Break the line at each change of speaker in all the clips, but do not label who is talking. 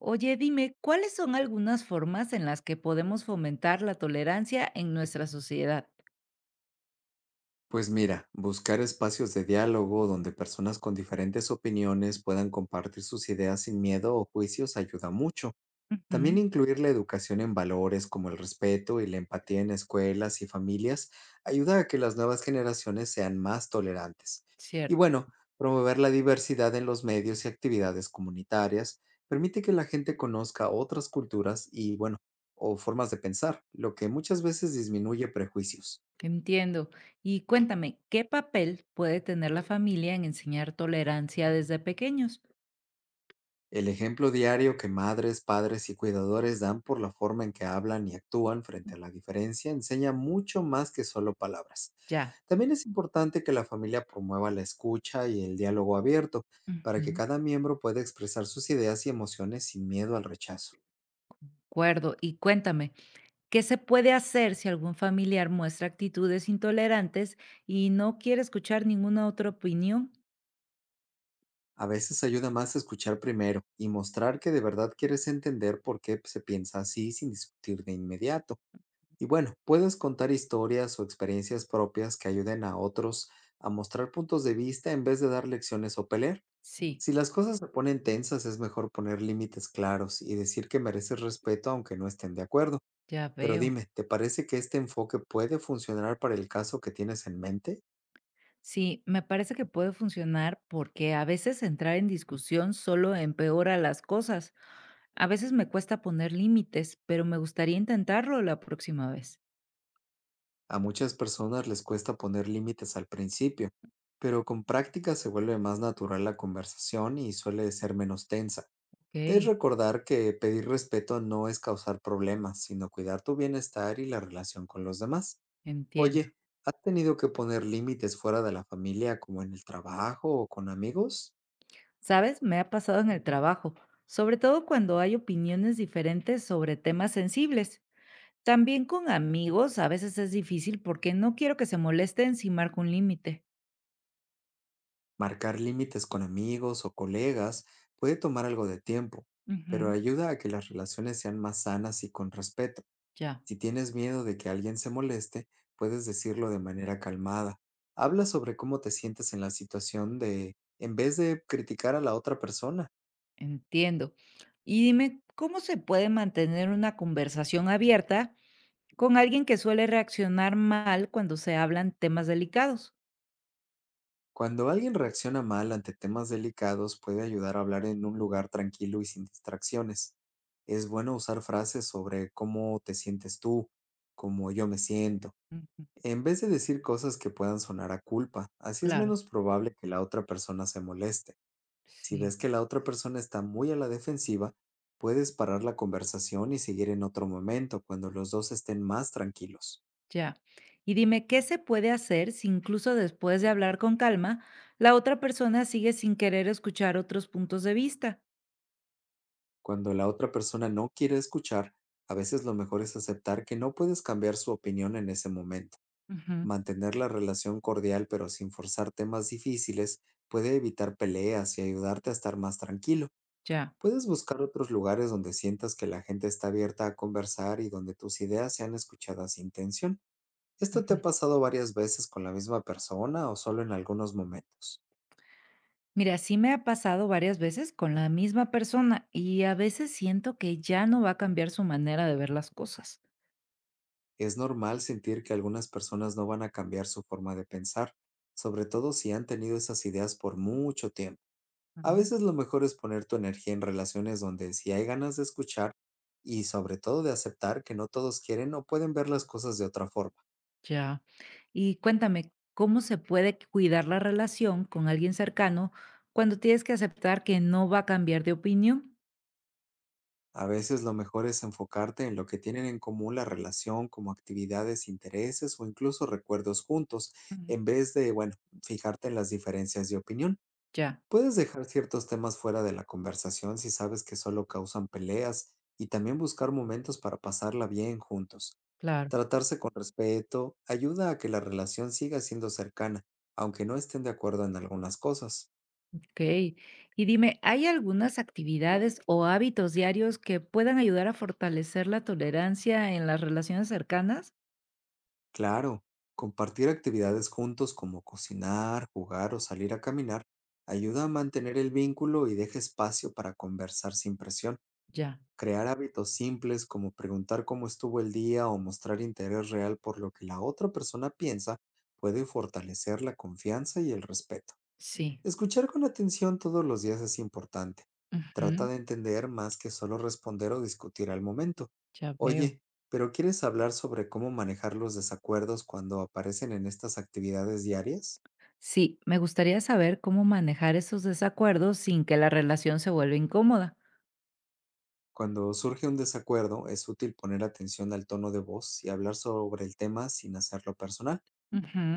Oye, dime, ¿cuáles son algunas formas en las que podemos fomentar la tolerancia en nuestra sociedad?
Pues mira, buscar espacios de diálogo donde personas con diferentes opiniones puedan compartir sus ideas sin miedo o juicios ayuda mucho. También
Ujú.
incluir la educación en valores como el respeto y la empatía en escuelas y familias ayuda a que las nuevas generaciones sean más tolerantes. Y
Cierto,
bueno, promover la diversidad en los medios y actividades comunitarias permite que la gente conozca otras culturas y, bueno, o formas de pensar, lo que muchas veces disminuye prejuicios.
entiendo. Y cuéntame, ¿qué papel puede tener la familia en enseñar tolerancia desde pequeños?
El ejemplo diario que madres, padres y cuidadores dan por la forma en que hablan y actúan frente a la diferencia enseña mucho más que solo palabras.
Ya.
También es importante que la familia promueva la escucha y el diálogo abierto para que
Ujú.
cada miembro pueda expresar sus ideas y emociones sin miedo al rechazo.
Acuerdo. Y cuéntame, ¿qué se puede hacer si algún familiar muestra actitudes intolerantes y no quiere escuchar ninguna otra opinión?
A veces ayuda más escuchar primero y mostrar que de verdad quieres entender por qué se piensa así, sin discutir de inmediato. Y bueno, puedes contar historias o experiencias propias que ayuden a otros a mostrar puntos de vista, en vez de dar lecciones o pelear.
Sí,
Si las cosas se ponen tensas, es mejor poner límites claros y decir que mereces respeto aunque no estén de acuerdo.
ya
Pero
veo.
dime, ¿te parece que este enfoque puede funcionar para el caso que tienes en mente?
Sí, me parece que puede funcionar porque a veces entrar en discusión solo empeora las cosas. A veces me cuesta poner límites, pero me gustaría intentarlo la próxima vez.
A muchas personas les cuesta poner límites al principio, pero con práctica se vuelve más natural la conversación y suele ser menos tensa. Es
Ok,
recordar que pedir respeto no es causar problemas, sino cuidar tu bienestar y la relación con los demás.
entiendo.
Oye, ¿has tenido que poner límites fuera de la familia, como en el trabajo o con amigos?
¿Sabes? Me ha pasado en el trabajo, sobre todo cuando hay opiniones diferentes sobre temas sensibles. También con amigos a veces es difícil porque no quiero que se molesten si marco un límite.
Marcar límites con amigos o colegas puede tomar algo de tiempo,
Ujú.
pero ayuda a que las relaciones sean más sanas y con respeto.
Ya.
Si tienes miedo de que alguien se moleste, puedes decirlo de manera calmada. Habla sobre cómo te sientes en la situación, de, en vez de criticar a la otra persona.
Entiendo. Y dime, ¿cómo se puede mantener una conversación abierta con alguien que suele reaccionar mal cuando se hablan temas delicados?
Cuando alguien reacciona mal ante temas delicados, puede ayudar a hablar en un lugar tranquilo y sin distracciones. Es bueno usar frases sobre cómo te sientes tú, cómo yo me siento,
Ujú.
en vez de decir cosas que puedan sonar a culpa. Así es
Claro,
menos probable que la otra persona se moleste. Si
sí.
ves que la otra persona está muy a la defensiva, puedes parar la conversación y seguir en otro momento, cuando los dos estén más tranquilos.
Ya. Y dime, ¿qué se puede hacer si incluso después de hablar con calma, la otra persona sigue sin querer escuchar otros puntos de vista?
Cuando la otra persona no quiere escuchar, a veces lo mejor es aceptar que no puedes cambiar su opinión en ese momento.
Ujú,
Mantener la relación cordial pero sin forzar temas difíciles puede evitar peleas y ayudarte a estar más tranquilo.
ya.
Puedes buscar otros lugares donde sientas que la gente está abierta a conversar y donde tus ideas sean escuchadas sin tensión. ¿Esto te ha
Ujú.
pasado varias veces con la misma persona o solo en algunos momentos?
Mira, sí me ha pasado varias veces con la misma persona y a veces siento que ya no va a cambiar su manera de ver las cosas.
Es normal sentir que algunas personas no van a cambiar su forma de pensar, sobre todo si han tenido esas ideas por mucho tiempo. A veces lo mejor es poner tu energía en relaciones donde sí hay ganas de escuchar, y sobre todo de aceptar que no todos quieren o pueden ver las cosas de otra forma.
Ya. Y cuéntame, ¿cómo se puede cuidar la relación con alguien cercano cuando tienes que aceptar que no va a cambiar de opinión?
A veces lo mejor es enfocarte en lo que tienen en común la relación, como actividades, intereses o incluso recuerdos juntos,
Ujú.
en vez de, bueno, fijarte en las diferencias de opinión.
Ya,
Puedes dejar ciertos temas fuera de la conversación si sabes que solo causan peleas, y también buscar momentos para pasarla bien juntos.
claro,
Tratarse con respeto ayuda a que la relación siga siendo cercana, aunque no estén de acuerdo en algunas cosas.
ok. Y dime, ¿hay algunas actividades o hábitos diarios que puedan ayudar a fortalecer la tolerancia en las relaciones cercanas?
Claro, compartir actividades juntos como cocinar, jugar o salir a caminar ayuda a mantener el vínculo y deja espacio para conversar sin presión.
Ya,
Crear hábitos simples, como preguntar cómo estuvo el día o mostrar interés real por lo que la otra persona piensa, puede fortalecer la confianza y el respeto.
sí.
Escuchar con atención todos los días es importante. Trata
Ujú.
de entender más que solo responder o discutir al momento.
Ya veo.
Oye, pero ¿quieres hablar sobre cómo manejar los desacuerdos cuando aparecen en estas actividades diarias?
Sí, me gustaría saber cómo manejar esos desacuerdos sin que la relación se vuelva incómoda.
Cuando surge un desacuerdo, es útil poner atención al tono de voz y hablar sobre el tema sin hacerlo personal.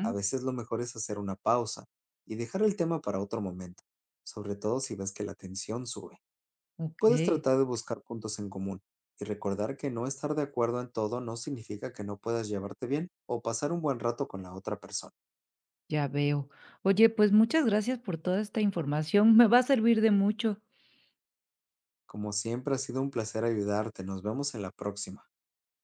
A veces lo mejor es hacer una pausa y dejar el tema para otro momento, sobre todo si ves que la tensión sube.
Ok.
Puedes tratar de buscar puntos en común y recordar que no estar de acuerdo en todo no significa que no puedas llevarte bien o pasar un buen rato con la otra persona.
Ya veo. Oye, pues muchas gracias por toda esta información. Me va a servir de mucho.
Como siempre, ha sido un placer ayudarte. Nos vemos en la próxima.